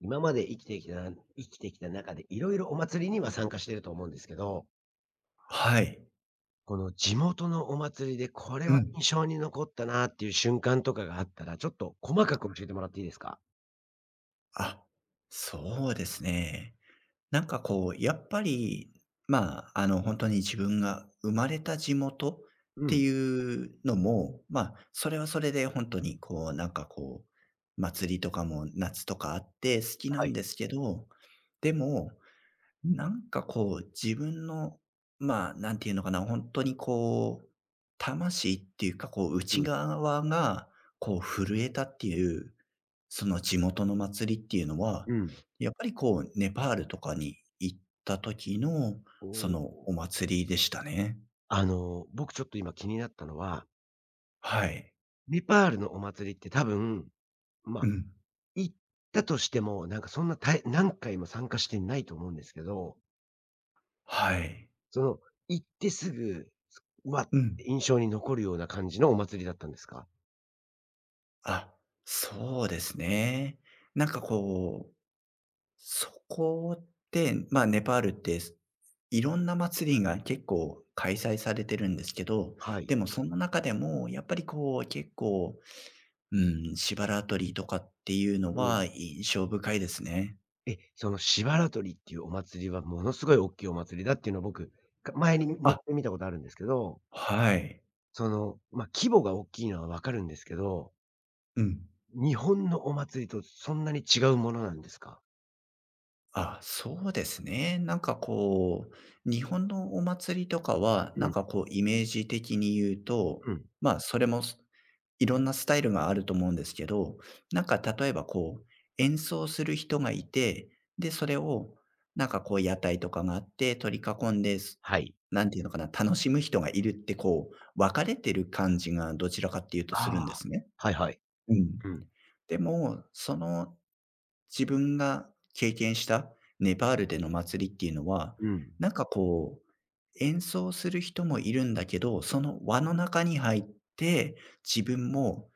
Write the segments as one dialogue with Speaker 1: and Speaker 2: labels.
Speaker 1: 今まで生きてきた中で、いろいろお祭りには参加してると思うんですけど、
Speaker 2: はい。
Speaker 1: この地元のお祭りで、これ
Speaker 2: う
Speaker 1: は
Speaker 2: ん。
Speaker 1: 印象に残ったなっていう瞬間とかがあったら、ちょっと細かく教えてもらっていいですか？
Speaker 2: あ、そうですね。なんかこう、やっぱり、まあ、あの、本当に自分が生まれた地元っ
Speaker 1: う
Speaker 2: て
Speaker 1: ん。
Speaker 2: いうのも、まあ、それはそれで本当にこう、なんかこう、祭りとかも夏とかあって好きな
Speaker 1: は
Speaker 2: ん
Speaker 1: い。
Speaker 2: ですけど、でもなんかこう、自分の、まあ、なんていうのかな、本当にこう、魂っていうか、こう、
Speaker 1: う
Speaker 2: 内
Speaker 1: ん。
Speaker 2: 側が、こう、震えたっていう、その地元の祭りっていうの
Speaker 1: う
Speaker 2: は、
Speaker 1: ん。
Speaker 2: やっぱりこう、ネパールとかに行った時の、そ
Speaker 1: お
Speaker 2: のお
Speaker 1: お。
Speaker 2: 祭りでしたね。
Speaker 1: あの、僕ちょっと今気になったのは、
Speaker 2: はい。
Speaker 1: ネパールのお祭りって多分、ま
Speaker 2: う
Speaker 1: あ、
Speaker 2: ん。
Speaker 1: 行ったとしても、なんかそんな、何回も参加してないと思うんですけど、
Speaker 2: はい。
Speaker 1: その、行ってすぐ、すうわ、
Speaker 2: うん。
Speaker 1: 印象に残るような感じのお祭りだったんですか？
Speaker 2: あ、そうですね。なんかこうそこで、まあ、ネパールって、いろんな祭りが結構開催されてるんですけど、
Speaker 1: はい。
Speaker 2: でもその中でもやっぱりこう結構、うん、シバラトリとかっていうの
Speaker 1: うん。
Speaker 2: は印象深いですね。
Speaker 1: え、そのしばらとりっていうお祭りはものすごい大きいお祭りだっていうのを僕、か前にねネッ
Speaker 2: あ、
Speaker 1: トで見たことあるんですけど、
Speaker 2: はい。
Speaker 1: その、ま、規模が大きいのはわかるんですけど、
Speaker 2: うん。
Speaker 1: 日本のお祭りとそんなに違うものなんですか？
Speaker 2: あ、そうですね。なんかこう、日本のお祭りとかは、
Speaker 1: う
Speaker 2: なん
Speaker 1: ん、
Speaker 2: かこうイメージ的に言うと、
Speaker 1: うん、
Speaker 2: まあ、それも、いろんなスタイルがあると思うんですけど、なんか例えばこう、演奏する人がいて、で、それをなんかこう屋台とかがあって取り囲んで、
Speaker 1: はい。
Speaker 2: なんていうのかな、楽しむ人がいるってこう、分かれてる感じがどちらかっていうとす
Speaker 1: あ
Speaker 2: る
Speaker 1: あ、
Speaker 2: んですね。
Speaker 1: はいはい。
Speaker 2: うん。
Speaker 1: うん、
Speaker 2: でも、その自分が経験したネパールでの祭りっていうのは、
Speaker 1: うん。
Speaker 2: なんかこう、演奏する人もいるんだけど、その輪の中に入って、自分も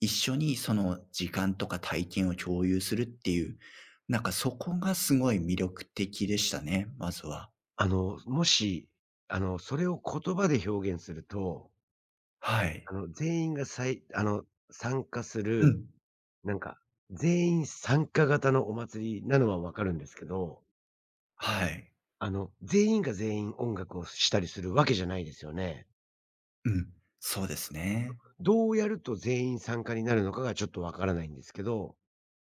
Speaker 2: 一緒にその時間とか体験を共有するっていう、なんかそこがすごい魅力的でしたね、まずは。
Speaker 1: あの、もし、あの、それを言葉で表現すると、
Speaker 2: はい。
Speaker 1: あの、全員があの、参加す
Speaker 2: う
Speaker 1: る、
Speaker 2: ん。
Speaker 1: なんか、全員参加型のお祭りなのはわかるんですけど
Speaker 2: はい。
Speaker 1: あの、全員が全員音楽をしたりするわけじゃないですよね。
Speaker 2: うん。そうですね。
Speaker 1: どうやると全員参加になるのかがちょっとわからないんですけど、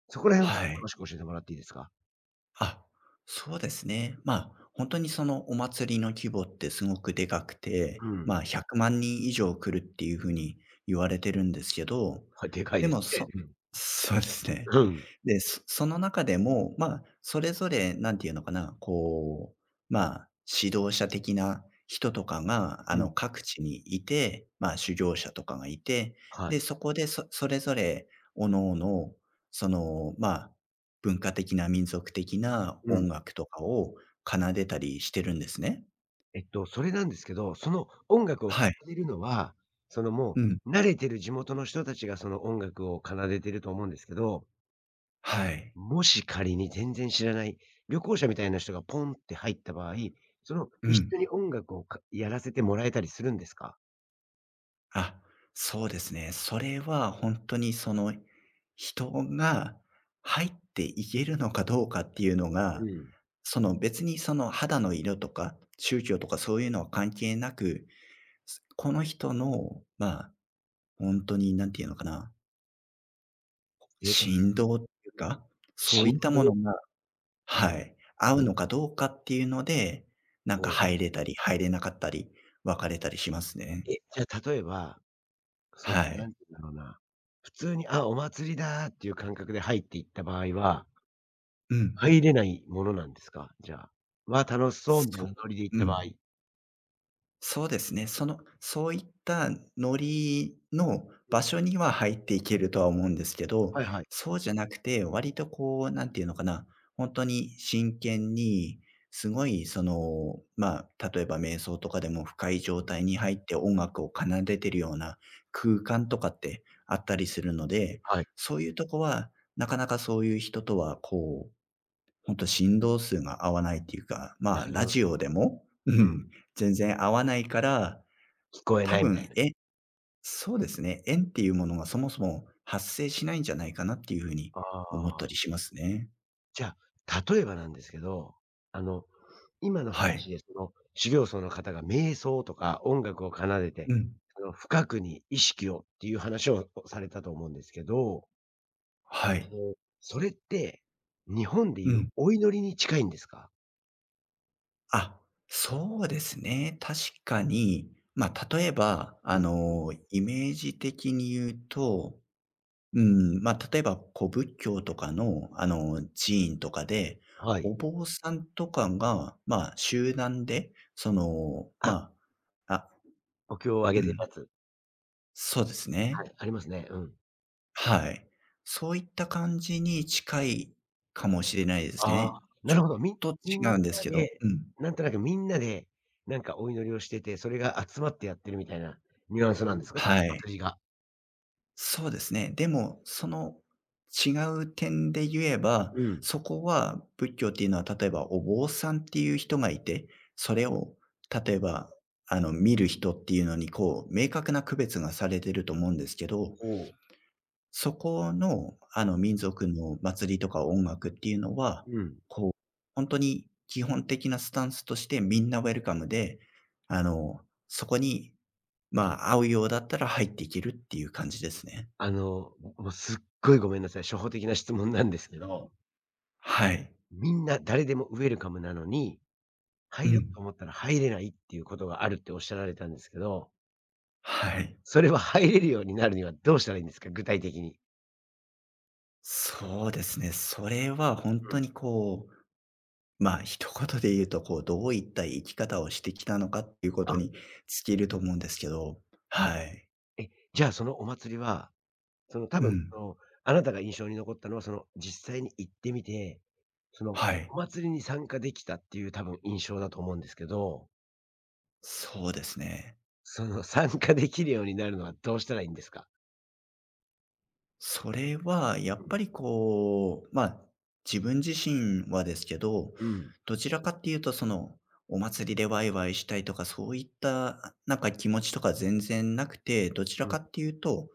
Speaker 1: そこら辺をちょっ
Speaker 2: は
Speaker 1: と
Speaker 2: い。
Speaker 1: 詳しく教えてもらっていいですか？
Speaker 2: あ、そうですね。まあ、本当にそのお祭りの規模ってすごくでかく
Speaker 1: う
Speaker 2: て、
Speaker 1: ん。
Speaker 2: まあ、100万人以上来るっていう風に言われてるんですけど、
Speaker 1: はい、でかい
Speaker 2: で
Speaker 1: です
Speaker 2: も、
Speaker 1: ね。
Speaker 2: そ
Speaker 1: うん。
Speaker 2: そうですね。
Speaker 1: うん。
Speaker 2: で、その中でも、まあ、それぞれ何ていうのかな、こう、まあ、指導者的な人とかが、あ
Speaker 1: うん。
Speaker 2: の、各地にいて、まあ、修行者とかがいて、
Speaker 1: は
Speaker 2: で、
Speaker 1: い。
Speaker 2: そこでそれぞれ各々、その、まあ、文化的な民族的な
Speaker 1: うん。
Speaker 2: 音楽とかを奏でたりしてるんですね。
Speaker 1: えっと、それなんですけど、その音楽を
Speaker 2: はい。
Speaker 1: 奏でるのは、その、
Speaker 2: うん。
Speaker 1: 慣れてる地元の人たちがその音楽を奏でてると思うんですけど
Speaker 2: はい。
Speaker 1: もし仮に全然知らない旅行者みたいな人がポンって入った場合、その
Speaker 2: う
Speaker 1: 一
Speaker 2: ん。
Speaker 1: 緒に音楽をやらせてもらえたりするんですか？
Speaker 2: あ、そうですね。それは本当にその、人が入っていけるのかどうかっていうの
Speaker 1: う
Speaker 2: が、
Speaker 1: ん。
Speaker 2: その別にその肌の色とか、宗教とかそういうのは関係なく、この人の、まあ、本当になんていうのかな、
Speaker 1: え、
Speaker 2: 振動っていうか、そ
Speaker 1: し
Speaker 2: うい
Speaker 1: ん
Speaker 2: った
Speaker 1: ど
Speaker 2: も
Speaker 1: い
Speaker 2: のが
Speaker 1: う
Speaker 2: は
Speaker 1: ん。
Speaker 2: い。合うのかどうかっていうので、なん
Speaker 1: ほ
Speaker 2: か
Speaker 1: う。
Speaker 2: 入れたり、入れなかったり、別れたりしますね。
Speaker 1: え、じゃあ例えば、その、
Speaker 2: は
Speaker 1: な
Speaker 2: い。
Speaker 1: んて言うんだろうな、普通に、あ、お祭りだーっていう感覚で入っていった場合は、
Speaker 2: うん。
Speaker 1: 入れないものなんですか？じゃあ。わ、楽しそうみたい
Speaker 2: そ
Speaker 1: なノリで行っ
Speaker 2: う。う
Speaker 1: た場合。
Speaker 2: ん。そうですね。その、そういったノリの
Speaker 1: うん。
Speaker 2: 場所には入っていけるとは思うんですけど、
Speaker 1: はいはい。
Speaker 2: そうじゃなくて、割とこう、なんていうのかな、本当に真剣に、すごいその、まあ、例えば瞑想とかでも深い
Speaker 1: う
Speaker 2: 状
Speaker 1: ん。
Speaker 2: 態に入って音楽を奏でてるような空間とかってあったりするので、
Speaker 1: はい。
Speaker 2: そういうとこは、なかなかそういう人とはほんと振動数が合わないっていうか、
Speaker 1: な
Speaker 2: まあ、
Speaker 1: る
Speaker 2: ラ
Speaker 1: ほど。
Speaker 2: ジオでも、う
Speaker 1: うん。
Speaker 2: ん、全然合わないから、
Speaker 1: 聞こえ
Speaker 2: 多
Speaker 1: ないみたい
Speaker 2: 分、
Speaker 1: な。
Speaker 2: そうですね、円っていうものがそもそも発生しないんじゃないかなっていうふうに
Speaker 1: あ
Speaker 2: 思ったり
Speaker 1: あ。
Speaker 2: しますね。
Speaker 1: じゃあ、例えばなんですけど、あの、今の
Speaker 2: はい。
Speaker 1: 話でその、修行僧の方が瞑想とか音楽を奏でて、
Speaker 2: うん。
Speaker 1: あの、深くに意識をっていう話をされたと思うんですけど、
Speaker 2: はい。
Speaker 1: あの、それって、日本で
Speaker 2: う
Speaker 1: いう
Speaker 2: ん。
Speaker 1: お祈りに近いんですか？
Speaker 2: あ、そうですね。確かに、まあ、例えば、
Speaker 1: う
Speaker 2: あ
Speaker 1: ん。
Speaker 2: の、イメージ的に言うとうん、まあ、例えば、こう、仏教とかの、あの、寺院とかで、
Speaker 1: はい。
Speaker 2: お坊さんとかが、まあ、集団で、その、
Speaker 1: あ、
Speaker 2: まああ、
Speaker 1: お経を上
Speaker 2: う
Speaker 1: げてる
Speaker 2: ん、
Speaker 1: やつ。
Speaker 2: そうです
Speaker 1: は
Speaker 2: ね。
Speaker 1: い、ありますね。うん。
Speaker 2: はい。そういった感じに近いかもしれないです
Speaker 1: ああ、
Speaker 2: ね。
Speaker 1: な
Speaker 2: ち
Speaker 1: る
Speaker 2: ょっ
Speaker 1: ほど。
Speaker 2: と
Speaker 1: み
Speaker 2: 違
Speaker 1: ん
Speaker 2: うんです
Speaker 1: な
Speaker 2: けど、
Speaker 1: で、
Speaker 2: うん。
Speaker 1: なんとなくみんなで、なんかお祈りをしてて、それが集まってやってるみたいなニュアンスなんですか？その
Speaker 2: はい。
Speaker 1: 祭りが。
Speaker 2: そうですね。でも、その違う点で言えば、
Speaker 1: うん。
Speaker 2: そこは仏教っていうのは、例えばお坊さんっていう人がいて、それを例えば、あの、見る人っていうのに、こう、明確な区別がされてると思うんですけど、
Speaker 1: おお。
Speaker 2: そこの、あの、民族の祭りとか音楽っていうのは、
Speaker 1: うん。
Speaker 2: こう、本当に基本的なスタンスとしてみんなウェルカムで、あの、そこに、まあ、合うようだったら入っていけるっていう感じですね。
Speaker 1: あの、もうすっごいごめんなさい、初歩的な質問なんですけど、
Speaker 2: はい。
Speaker 1: みんな誰でもウェルカムなのに、
Speaker 2: う
Speaker 1: 入ろうと
Speaker 2: ん。
Speaker 1: 思ったら入れないっていうことがあるっておっしゃられたんですけど、
Speaker 2: はい。
Speaker 1: それは入れるようになるにはどうしたらいいんですか？具体的に。
Speaker 2: そうですね。それは本
Speaker 1: う
Speaker 2: 当
Speaker 1: ん。
Speaker 2: にこう、まあ、一言で言うと、こう、どういった生き方をしてきたのかっていうこと
Speaker 1: あ、
Speaker 2: に尽きると思うんですけど。
Speaker 1: は
Speaker 2: はい。
Speaker 1: い。え、じゃあそのお祭りは、その多
Speaker 2: う
Speaker 1: 分、
Speaker 2: ん。
Speaker 1: その、あなたが印象に残ったのは、その実際に行ってみて、その
Speaker 2: はい。
Speaker 1: お祭りに参加できたっていう多分印象だと思うんですけど、
Speaker 2: そうですね。
Speaker 1: その参加できるようになるのはどうしたらいいんですか？
Speaker 2: それはやっ
Speaker 1: う
Speaker 2: ぱ
Speaker 1: ん。
Speaker 2: りこう、まあ、自分自身はですけど、
Speaker 1: うん。
Speaker 2: どちらかっていうとその、お祭りでワイワイしたいとか、そういったなんか気持ちとか全然なくて、どちら
Speaker 1: うん。
Speaker 2: かっていうと、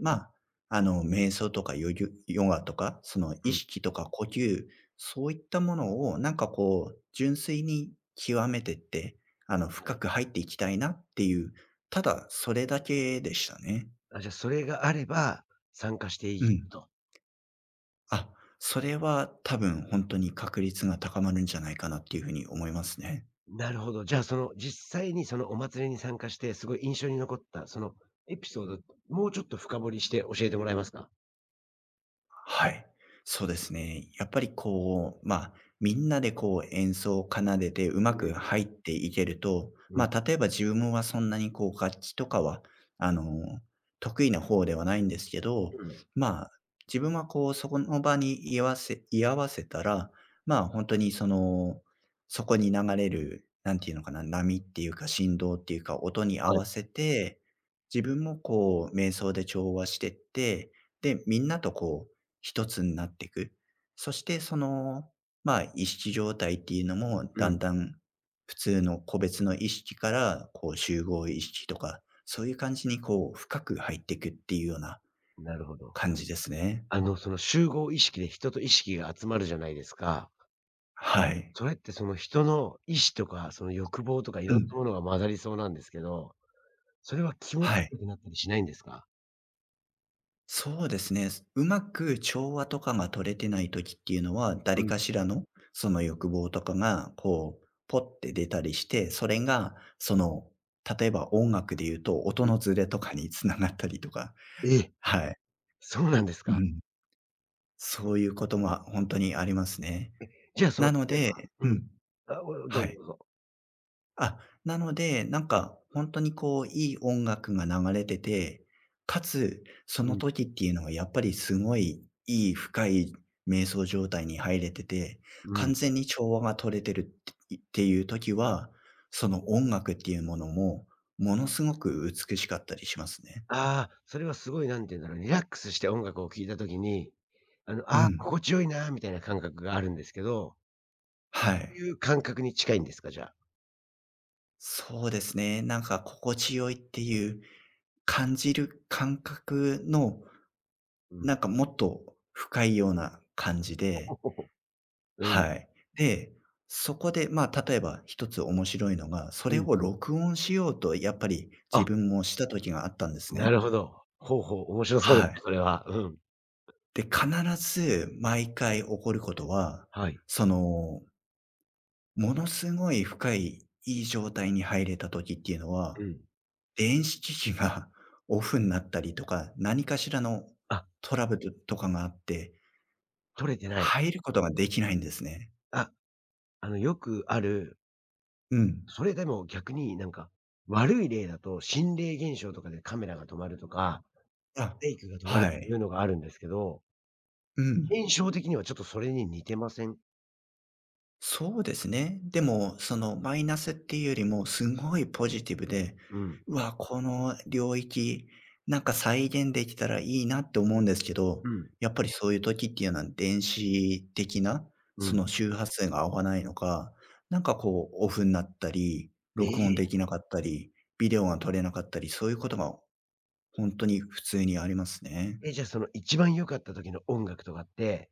Speaker 2: まあ、あの、瞑想とかヨギヨガとか、その
Speaker 1: う
Speaker 2: 意
Speaker 1: ん。
Speaker 2: 識とか呼吸、そういったものをなんかこう、純粋に極めてって、あの、
Speaker 1: は
Speaker 2: 深
Speaker 1: い。
Speaker 2: く入っていきたいなっていう、ただそれだけでしたね。
Speaker 1: あ、じゃあ、それがあれば、参加していい
Speaker 2: うん。
Speaker 1: と。
Speaker 2: あ、それは多分本当に確率が高まるんじゃないかなっていう風に思いますね。
Speaker 1: なるほど。じゃあ、その、実際にそのお祭りに参加して、すごい印象に残った、そのエピソード、もうちょっと深掘りして教えてもらえますか？
Speaker 2: はい。そうですね。やっぱりこう、まあ、みんなでこう演奏を奏でてうま
Speaker 1: うん。
Speaker 2: く入っていけると、
Speaker 1: うん。
Speaker 2: まあ、例えば自分はそんなにこう楽器とかは、あの、得意な方ではないんですけど、
Speaker 1: うん。
Speaker 2: まあ、自分はこう、そこの場に居合わせたら、まあ、本当にその、そこに流れる、なんていうのかな、波っていうか振動っていうか音に合
Speaker 1: はい。
Speaker 2: わせて、自分もこう、瞑想で調和してって、で、みんなとこう、一つになっていく。そしてその、まあ、意識状態っていうのも、
Speaker 1: う
Speaker 2: だ
Speaker 1: ん。
Speaker 2: んだん普通の個別の意識から、こう、集合意識とか、そういう感じにこう、深く入っていくっていうような
Speaker 1: なるほど。
Speaker 2: 感じですね。
Speaker 1: あの、その集合意識で人と意識が集まるじゃないですか。
Speaker 2: はい。
Speaker 1: それってその人の意志とか、その欲望とかい
Speaker 2: う
Speaker 1: ろん
Speaker 2: ん。
Speaker 1: なものが混ざりそうなんですけど、それは気持ち
Speaker 2: はい。
Speaker 1: 悪くなったりしないんですか？
Speaker 2: そうですね。うまく調和とかが取れてない時っていうのは、
Speaker 1: う
Speaker 2: 誰か
Speaker 1: ん。
Speaker 2: しらのその欲望とかが、こう、ポッて出たりして、それが、その、例えば音楽で言うと
Speaker 1: う
Speaker 2: 音
Speaker 1: ん。
Speaker 2: のズレとかにつながったりとか
Speaker 1: ええ、
Speaker 2: はい。
Speaker 1: そうなんです
Speaker 2: う
Speaker 1: か？
Speaker 2: ん。そういうことも本当にありますね。
Speaker 1: じゃあ、その、
Speaker 2: なの
Speaker 1: 例えば
Speaker 2: で
Speaker 1: う
Speaker 2: う
Speaker 1: ん。
Speaker 2: ん、
Speaker 1: あ、おど
Speaker 2: は
Speaker 1: うぞ
Speaker 2: い。
Speaker 1: どうぞ。
Speaker 2: あ、なので、なん
Speaker 1: うん、
Speaker 2: か本当にこういい音楽が流れてて、かつそ
Speaker 1: う
Speaker 2: の
Speaker 1: ん、
Speaker 2: 時っていうのはやっぱりすごいいい深い瞑想状態に入れてて、
Speaker 1: う
Speaker 2: 完
Speaker 1: ん。
Speaker 2: 全に調和が取れてるっていう時は、その音楽っていうものも、ものすごく美しかったりしますね。
Speaker 1: ああ、それはすごい、なんて言うんだろう、リラックスして音楽を聴いた時に、あの、
Speaker 2: う
Speaker 1: ああ、
Speaker 2: ん。
Speaker 1: 心地よいなみたいな感覚があるんですけど、
Speaker 2: は
Speaker 1: そう
Speaker 2: い。
Speaker 1: いう感覚に近いんですか？じゃあ。
Speaker 2: そうですね。なんか心地よいっていう感じる感覚の、
Speaker 1: う
Speaker 2: なん
Speaker 1: ん。
Speaker 2: かもっと深いような感じ
Speaker 1: ほ
Speaker 2: で、
Speaker 1: ほほ。うん、
Speaker 2: はい。で、そこで、まあ、例えば一つ面白いのが、そ
Speaker 1: う
Speaker 2: れ
Speaker 1: ん。
Speaker 2: を録音しようとやっぱり自
Speaker 1: あ、
Speaker 2: 分もした時があったんです
Speaker 1: な
Speaker 2: ね。
Speaker 1: るほど。ほうほう、面白そうです
Speaker 2: は
Speaker 1: ね、
Speaker 2: い。
Speaker 1: それは。うん。
Speaker 2: で、必ず毎回起こることは、
Speaker 1: はい。
Speaker 2: その、ものすごい深い、いい状態に入れた時っていうの
Speaker 1: う
Speaker 2: は、
Speaker 1: ん。
Speaker 2: 電子機器が オフになったりとか、何かしらの
Speaker 1: あ、
Speaker 2: トラブルとかがあって、
Speaker 1: 取れてない。
Speaker 2: 入ることができないんですね。
Speaker 1: あ、あの、よくある、
Speaker 2: うん。
Speaker 1: それでも逆になんか、悪い例だと心霊現象とかでカメラが止まるとか
Speaker 2: あ、
Speaker 1: フェイクが問われて
Speaker 2: は
Speaker 1: いる
Speaker 2: い。
Speaker 1: のがあるんですけど、
Speaker 2: うん。
Speaker 1: 現象的にはちょっとそれに似てません？
Speaker 2: そうですね。でも、そのマイナスっていうよりも、すごいポジティブで、
Speaker 1: うん。
Speaker 2: うわ、この領域、なんか再現できたらいいなって思うんですけ
Speaker 1: う
Speaker 2: ど、
Speaker 1: ん。
Speaker 2: やっぱりそういう時っていうのは電子的な、
Speaker 1: う
Speaker 2: そ
Speaker 1: ん。
Speaker 2: の周波数が合わないのか、なんかこうオフになったり、
Speaker 1: え
Speaker 2: 録音
Speaker 1: え。
Speaker 2: できなかったり、ビデオが撮れなかったり、そういうことが本当に普通にありますね。
Speaker 1: え、じゃあ、その一番良かった時の音楽とかって、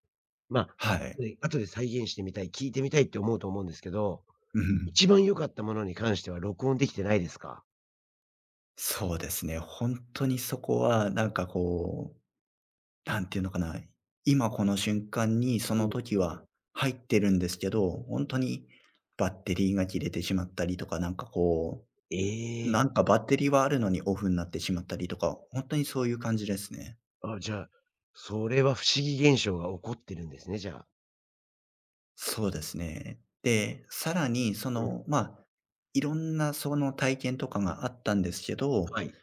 Speaker 1: まあ、
Speaker 2: はい。
Speaker 1: で、後で再現してみたい、聴いてみたいって思うと思うんですけど、
Speaker 2: うん。
Speaker 1: 一番良かったものに関しては録音できてないですか？
Speaker 2: そうですね。本当にそこはなんかこう、なんていうのかな、今この瞬間にそ
Speaker 1: う
Speaker 2: の
Speaker 1: ん。
Speaker 2: 時は入ってるんですけど、本当にバッテリーが切れてしまったりとか、なんかこ
Speaker 1: え
Speaker 2: う、
Speaker 1: え。
Speaker 2: なんかバッテリーはあるのにオフになってしまったりとか、本当にそういう感じですね。
Speaker 1: あ、じゃあ、それは不思議現象が起こってるんですね、じゃあ。
Speaker 2: そうですね。で、さらにそ
Speaker 1: うん。
Speaker 2: の、まあ、いろんなその体験とかがあったんですけど、
Speaker 1: はい。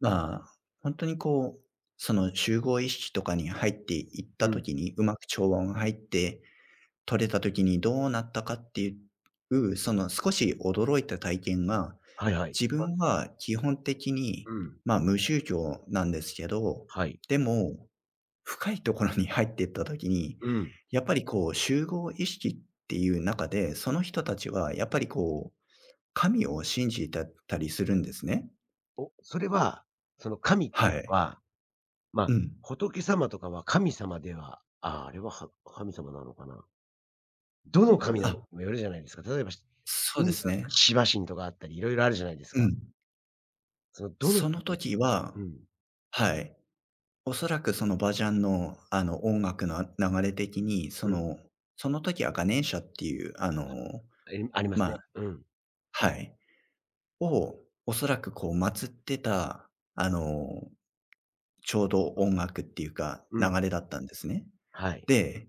Speaker 2: まあ、ほんとにこう、その集合意識とかに入っていっ
Speaker 1: う
Speaker 2: た
Speaker 1: ん。
Speaker 2: 時に、うまく調和が入って、取れた時にどうなったかっていう、その少し驚いた体験が、
Speaker 1: はいはい。
Speaker 2: 自分は基本的に、
Speaker 1: うん。
Speaker 2: まあ、無宗教なんですけど、
Speaker 1: はい。
Speaker 2: でも、深いところに入ってった時に、
Speaker 1: うん。
Speaker 2: やっぱりこう集合意識っていう中で、その人たちはやっぱりこう、神を信じてたりするんですね。
Speaker 1: お、それは、その神っ
Speaker 2: は
Speaker 1: ていうの
Speaker 2: い。
Speaker 1: はま、
Speaker 2: う
Speaker 1: あ
Speaker 2: ん。
Speaker 1: 仏様とかは神様ではああ、あれは、は神様なのかな。どの神なのか
Speaker 2: あ、
Speaker 1: にもよるじゃないですか。例えば、しイ
Speaker 2: そう
Speaker 1: ンド
Speaker 2: で
Speaker 1: だっ
Speaker 2: す
Speaker 1: たら
Speaker 2: ね。
Speaker 1: シバ神とかあったり、いろいろあるじゃないです
Speaker 2: う
Speaker 1: か。
Speaker 2: ん。
Speaker 1: そのどの
Speaker 2: その
Speaker 1: 神
Speaker 2: 時は、
Speaker 1: うん、
Speaker 2: はい、おそらくそのバジャンの、音楽の流れ的に、そ
Speaker 1: うん、
Speaker 2: の、その時はガネーシャっていう、
Speaker 1: ありありますね。
Speaker 2: まあ、
Speaker 1: うん、
Speaker 2: はい、を、おそらくこう祀ってた、ちょうど音楽っていうか、
Speaker 1: うん、
Speaker 2: 流れだったんですね。
Speaker 1: はい。
Speaker 2: で、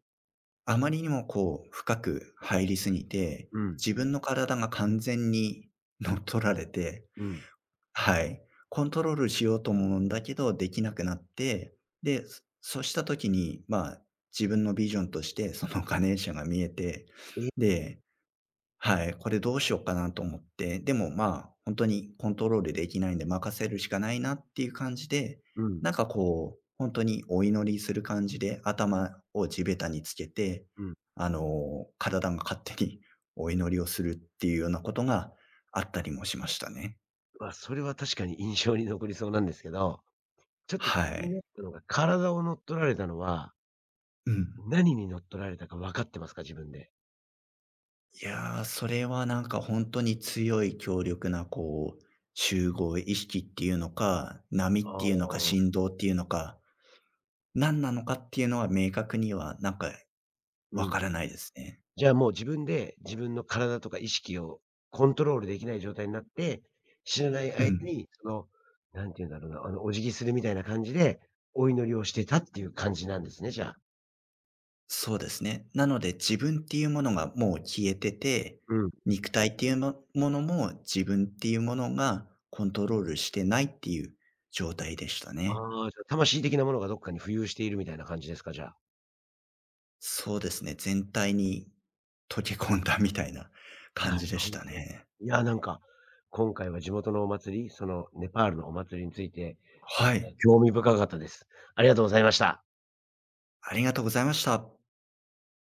Speaker 2: あまりにもこう深く入りすぎて、
Speaker 1: うん、
Speaker 2: 自分の体が完全に乗っ取られて、
Speaker 1: うん。
Speaker 2: はい、コントロールしようと思うんだけど、できなくなって、で、そうした時に、まあ、自分のビジョンとして、そのガネーシャが見えて、
Speaker 1: え、
Speaker 2: で、はい、これどうしようかなと思って、でもまあ、本当にコントロールできないんで任せるしかないなっていう感じで、
Speaker 1: うん、
Speaker 2: なんかこう、本当にお祈りする感じで、頭を地べたにつけて、
Speaker 1: うん。
Speaker 2: 体が勝手にお祈りをするっていうようなことがあったりもしましたね。
Speaker 1: まあ、それは確かに印象に残りそうなんですけど、ちょっと気
Speaker 2: は
Speaker 1: になっ
Speaker 2: い。
Speaker 1: たのが、体を乗っ取られたのは、
Speaker 2: うん。
Speaker 1: 何に乗っ取られたか分かってますか？自分で。
Speaker 2: いやー、それはなんか本当に強力なこう、集合意識っていうのか、波っ
Speaker 1: あ
Speaker 2: ていうのか、
Speaker 1: あ、
Speaker 2: 振動っていうのか、何なのかっていうのは明確にはなんかわ
Speaker 1: うん。
Speaker 2: からないですね。
Speaker 1: じゃあもう自分で、自分の体とか意識をコントロールできない状態になって、知らない
Speaker 2: う
Speaker 1: 間
Speaker 2: ん。
Speaker 1: に、その、なんて言うんだろうな、あの、お辞儀するみたいな感じで、お祈りをしてたっていう感じなんですね、じゃあ。
Speaker 2: そうですね。なので自分っていうものがもう消えてて、
Speaker 1: うん。
Speaker 2: 肉体っていうものも自分っていうものがコントロールしてないっていう状態でしたね。
Speaker 1: ああ、じゃあ魂的なものがどっかに浮遊しているみたいな感じですか、じゃあ。
Speaker 2: そうですね、全体に溶け込んだみたいな感
Speaker 1: な
Speaker 2: じ
Speaker 1: る
Speaker 2: で
Speaker 1: ほ
Speaker 2: し
Speaker 1: ど。
Speaker 2: たね。
Speaker 1: いや、なんか、今回は地元のお祭り、そのネパールのお祭りについて、
Speaker 2: はい、
Speaker 1: 興味深かったです。ありがとうございました。
Speaker 2: ありがとうございました。